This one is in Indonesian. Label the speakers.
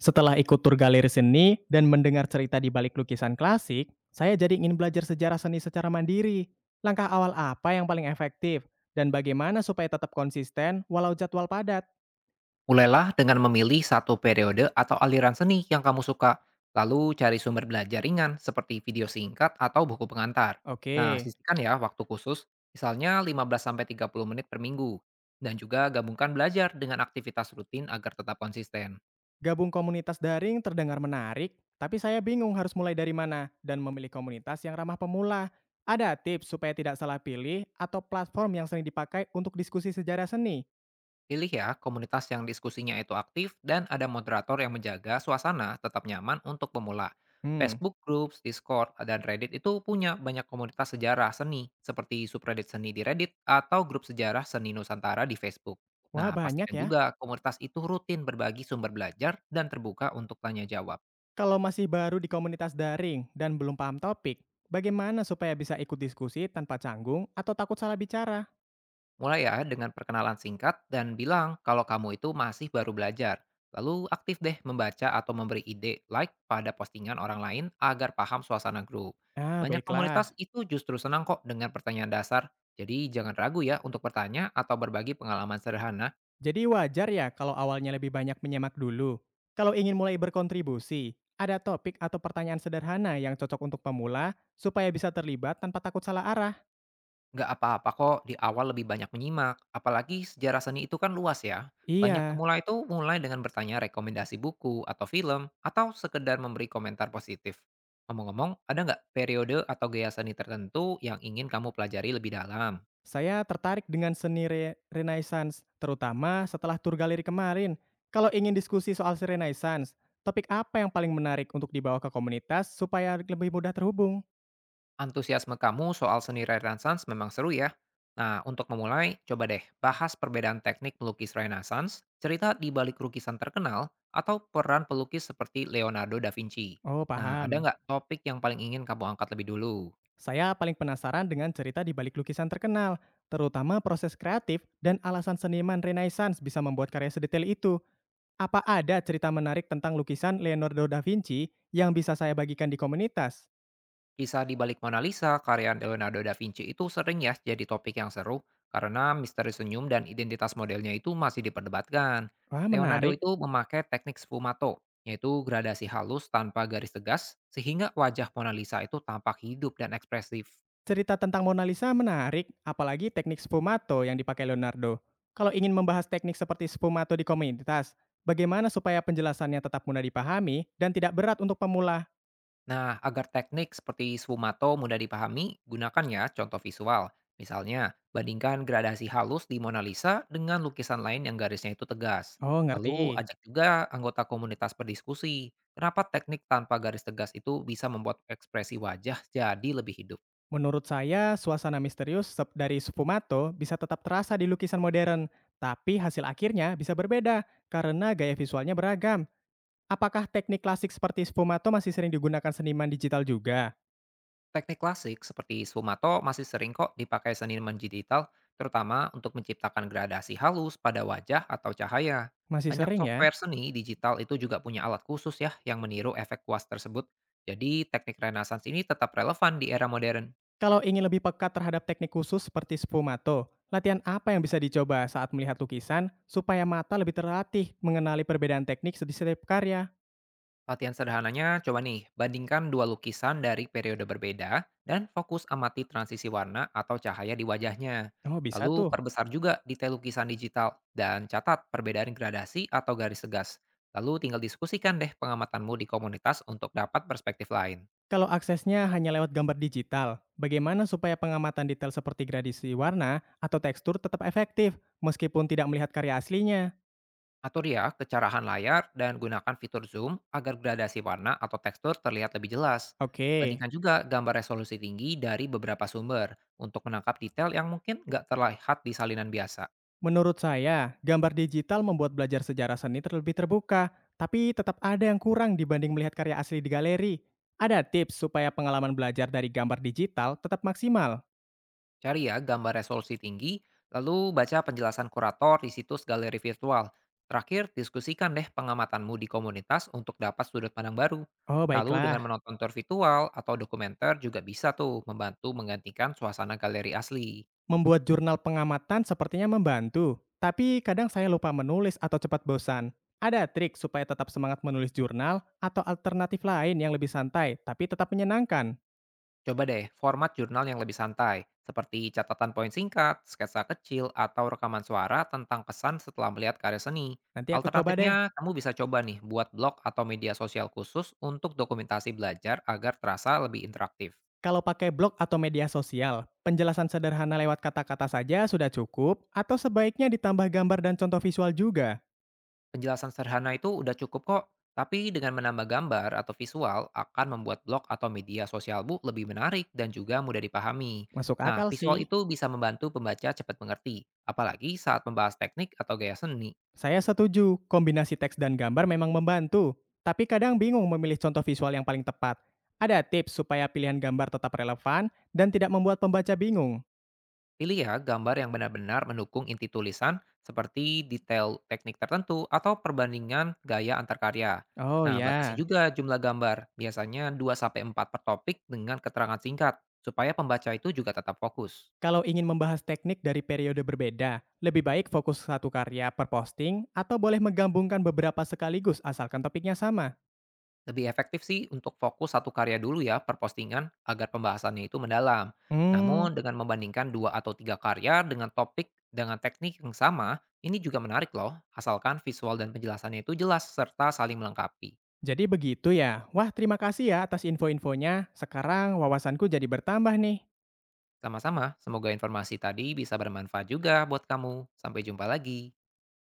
Speaker 1: Setelah ikut tur galeri seni dan mendengar cerita di balik lukisan klasik, saya jadi ingin belajar sejarah seni secara mandiri. Langkah awal apa yang paling efektif dan bagaimana supaya tetap konsisten walau jadwal padat?
Speaker 2: Mulailah dengan memilih satu periode atau aliran seni yang kamu suka, lalu cari sumber belajar ringan seperti video singkat atau buku pengantar.
Speaker 1: Oke,
Speaker 2: Nah, sisihkan ya waktu khusus, misalnya 15-30 menit per minggu, dan juga gabungkan belajar dengan aktivitas rutin agar tetap konsisten.
Speaker 1: gabung komunitas daring terdengar menarik, tapi saya bingung harus mulai dari mana dan memilih komunitas yang ramah pemula. Ada tips supaya tidak salah pilih atau platform yang sering dipakai untuk diskusi sejarah seni?
Speaker 2: Pilih ya komunitas yang diskusinya itu aktif dan ada moderator yang menjaga suasana tetap nyaman untuk pemula.
Speaker 1: Hmm,
Speaker 2: Facebook Groups, Discord, dan Reddit itu punya banyak komunitas sejarah seni seperti subreddit seni di Reddit atau grup sejarah seni Nusantara di Facebook.
Speaker 1: Wah,
Speaker 2: Nah,
Speaker 1: banyak
Speaker 2: pastikan
Speaker 1: ya.
Speaker 2: juga komunitas itu rutin berbagi sumber belajar dan terbuka untuk tanya jawab.
Speaker 1: Kalau masih baru di komunitas daring dan belum paham topik, bagaimana supaya bisa ikut diskusi tanpa canggung atau takut salah bicara?
Speaker 2: Mulai ya dengan perkenalan singkat dan bilang kalau kamu itu masih baru belajar. Lalu aktif deh membaca atau memberi ide like pada postingan orang lain agar paham suasana grup.
Speaker 1: Ah,
Speaker 2: Banyak
Speaker 1: baiklah.
Speaker 2: komunitas itu justru senang kok dengan pertanyaan dasar. Jadi jangan ragu ya untuk bertanya atau berbagi pengalaman sederhana.
Speaker 1: Jadi wajar ya kalau awalnya lebih banyak menyemak dulu. Kalau ingin mulai berkontribusi, ada topik atau pertanyaan sederhana yang cocok untuk pemula supaya bisa terlibat tanpa takut salah arah.
Speaker 2: Nggak apa-apa kok di awal lebih banyak menyimak, apalagi sejarah seni itu kan luas ya. Banyak
Speaker 1: Iya,
Speaker 2: pemula itu mulai dengan bertanya rekomendasi buku atau film, atau sekedar memberi komentar positif. Ngomong-ngomong, ada nggak periode atau gaya seni tertentu yang ingin kamu pelajari lebih dalam?
Speaker 1: saya tertarik dengan seni Renaissance, terutama setelah tur galeri kemarin. Kalau ingin diskusi soal si Renaissance, topik apa yang paling menarik untuk dibawa ke komunitas supaya lebih mudah terhubung?
Speaker 2: Antusiasme kamu soal seni Renaissance memang seru ya. Nah, untuk memulai, coba deh bahas perbedaan teknik pelukis Renaissance, cerita di balik lukisan terkenal, atau peran pelukis seperti Leonardo da Vinci.
Speaker 1: Oh,
Speaker 2: Nah, ada
Speaker 1: paham.
Speaker 2: nggak topik yang paling ingin kamu angkat lebih dulu?
Speaker 1: Saya paling penasaran dengan cerita di balik lukisan terkenal, terutama proses kreatif dan alasan seniman Renaissance bisa membuat karya sedetail itu. Apa ada cerita menarik tentang lukisan Leonardo da Vinci yang bisa saya bagikan di komunitas?
Speaker 2: Kisah di balik Mona Lisa, karya Leonardo da Vinci itu sering ya jadi topik yang seru karena misteri senyum dan identitas modelnya itu masih diperdebatkan.
Speaker 1: Wah,
Speaker 2: Leonardo
Speaker 1: menarik.
Speaker 2: itu memakai teknik sfumato, yaitu gradasi halus tanpa garis tegas, sehingga wajah Mona Lisa itu tampak hidup dan ekspresif.
Speaker 1: Cerita tentang Mona Lisa menarik, apalagi teknik sfumato yang dipakai Leonardo. Kalau ingin membahas teknik seperti sfumato di komunitas, bagaimana supaya penjelasannya tetap mudah dipahami dan tidak berat untuk pemula?
Speaker 2: Nah, agar teknik seperti sfumato mudah dipahami, gunakan ya contoh visual. Misalnya, bandingkan gradasi halus di Mona Lisa dengan lukisan lain yang garisnya itu tegas.
Speaker 1: Oh, ngerti.
Speaker 2: Lalu, ajak juga anggota komunitas berdiskusi. Kenapa teknik tanpa garis tegas itu bisa membuat ekspresi wajah jadi lebih hidup?
Speaker 1: Menurut saya, suasana misterius dari sfumato bisa tetap terasa di lukisan modern, tapi hasil akhirnya bisa berbeda karena gaya visualnya beragam. Apakah teknik klasik seperti sfumato masih sering digunakan seniman digital juga?
Speaker 2: Teknik klasik seperti sfumato masih sering kok dipakai seniman digital, terutama untuk menciptakan gradasi halus pada wajah atau cahaya.
Speaker 1: Masih
Speaker 2: Banyak
Speaker 1: sering ya?
Speaker 2: software seni digital itu juga punya alat khusus ya yang meniru efek kuas tersebut. Jadi teknik renaissance ini tetap relevan di era modern.
Speaker 1: Kalau ingin lebih peka terhadap teknik khusus seperti sfumato, latihan apa yang bisa dicoba saat melihat lukisan supaya mata lebih terlatih mengenali perbedaan teknik di setiap karya?
Speaker 2: Latihan sederhananya, coba nih, bandingkan dua lukisan dari periode berbeda dan fokus amati transisi warna atau cahaya di wajahnya.
Speaker 1: Oh, bisa
Speaker 2: Lalu
Speaker 1: tuh.
Speaker 2: perbesar juga detail lukisan digital dan catat perbedaan gradasi atau garis tegas. Lalu tinggal diskusikan deh pengamatanmu di komunitas untuk dapat perspektif lain.
Speaker 1: Kalau aksesnya hanya lewat gambar digital, bagaimana supaya pengamatan detail seperti gradasi warna atau tekstur tetap efektif meskipun tidak melihat karya aslinya?
Speaker 2: Atur ya kecerahan layar dan gunakan fitur zoom agar gradasi warna atau tekstur terlihat lebih jelas.
Speaker 1: Oke,
Speaker 2: Bandingkan juga gambar resolusi tinggi dari beberapa sumber untuk menangkap detail yang mungkin nggak terlihat di salinan biasa.
Speaker 1: menurut saya, gambar digital membuat belajar sejarah seni terlebih terbuka, tapi tetap ada yang kurang dibanding melihat karya asli di galeri. Ada tips supaya pengalaman belajar dari gambar digital tetap maksimal.
Speaker 2: Cari ya gambar resolusi tinggi, lalu baca penjelasan kurator di situs galeri virtual. Terakhir, diskusikan deh pengamatanmu di komunitas untuk dapat sudut pandang baru.
Speaker 1: Oh,
Speaker 2: Lalu dengan
Speaker 1: baiklah.
Speaker 2: menonton tour virtual atau dokumenter juga bisa tuh membantu menggantikan suasana galeri asli.
Speaker 1: Membuat jurnal pengamatan sepertinya membantu, tapi kadang saya lupa menulis atau cepat bosan. Ada trik supaya tetap semangat menulis jurnal atau alternatif lain yang lebih santai tapi tetap menyenangkan.
Speaker 2: Coba deh format jurnal yang lebih santai, seperti catatan poin singkat, sketsa kecil, atau rekaman suara tentang kesan setelah melihat karya seni.
Speaker 1: Nanti aku coba deh.
Speaker 2: Alternatifnya, kamu bisa coba nih buat blog atau media sosial khusus untuk dokumentasi belajar agar terasa lebih interaktif.
Speaker 1: Kalau pakai blog atau media sosial, penjelasan sederhana lewat kata-kata saja sudah cukup atau sebaiknya ditambah gambar dan contoh visual juga?
Speaker 2: Penjelasan sederhana itu udah cukup kok, tapi dengan menambah gambar atau visual akan membuat blog atau media sosialmu lebih menarik dan juga mudah dipahami.
Speaker 1: Masuk
Speaker 2: Nah,
Speaker 1: akal
Speaker 2: visual
Speaker 1: sih.
Speaker 2: itu bisa membantu pembaca cepat mengerti, apalagi saat membahas teknik atau gaya seni.
Speaker 1: Saya setuju, kombinasi teks dan gambar memang membantu. Tapi kadang bingung memilih contoh visual yang paling tepat. Ada tips supaya pilihan gambar tetap relevan dan tidak membuat pembaca bingung?
Speaker 2: Pilih ya gambar yang benar-benar mendukung inti tulisan seperti detail teknik tertentu atau perbandingan gaya antar karya.
Speaker 1: Oh
Speaker 2: Nah, batasi
Speaker 1: ya,
Speaker 2: juga jumlah gambar, biasanya dua sampai empat per topik dengan keterangan singkat, supaya pembaca itu juga tetap fokus.
Speaker 1: kalau ingin membahas teknik dari periode berbeda, lebih baik fokus satu karya per posting atau boleh menggabungkan beberapa sekaligus asalkan topiknya sama?
Speaker 2: Lebih efektif sih untuk fokus satu karya dulu ya per postingan agar pembahasannya itu mendalam.
Speaker 1: Hmm,
Speaker 2: Namun dengan membandingkan dua atau tiga karya dengan topik dengan teknik yang sama, ini juga menarik loh, asalkan visual dan penjelasannya itu jelas serta saling melengkapi.
Speaker 1: Jadi begitu ya. Wah, terima kasih ya atas info-infonya. Sekarang wawasanku jadi bertambah nih.
Speaker 2: Sama-sama, semoga informasi tadi bisa bermanfaat juga buat kamu. Sampai jumpa lagi.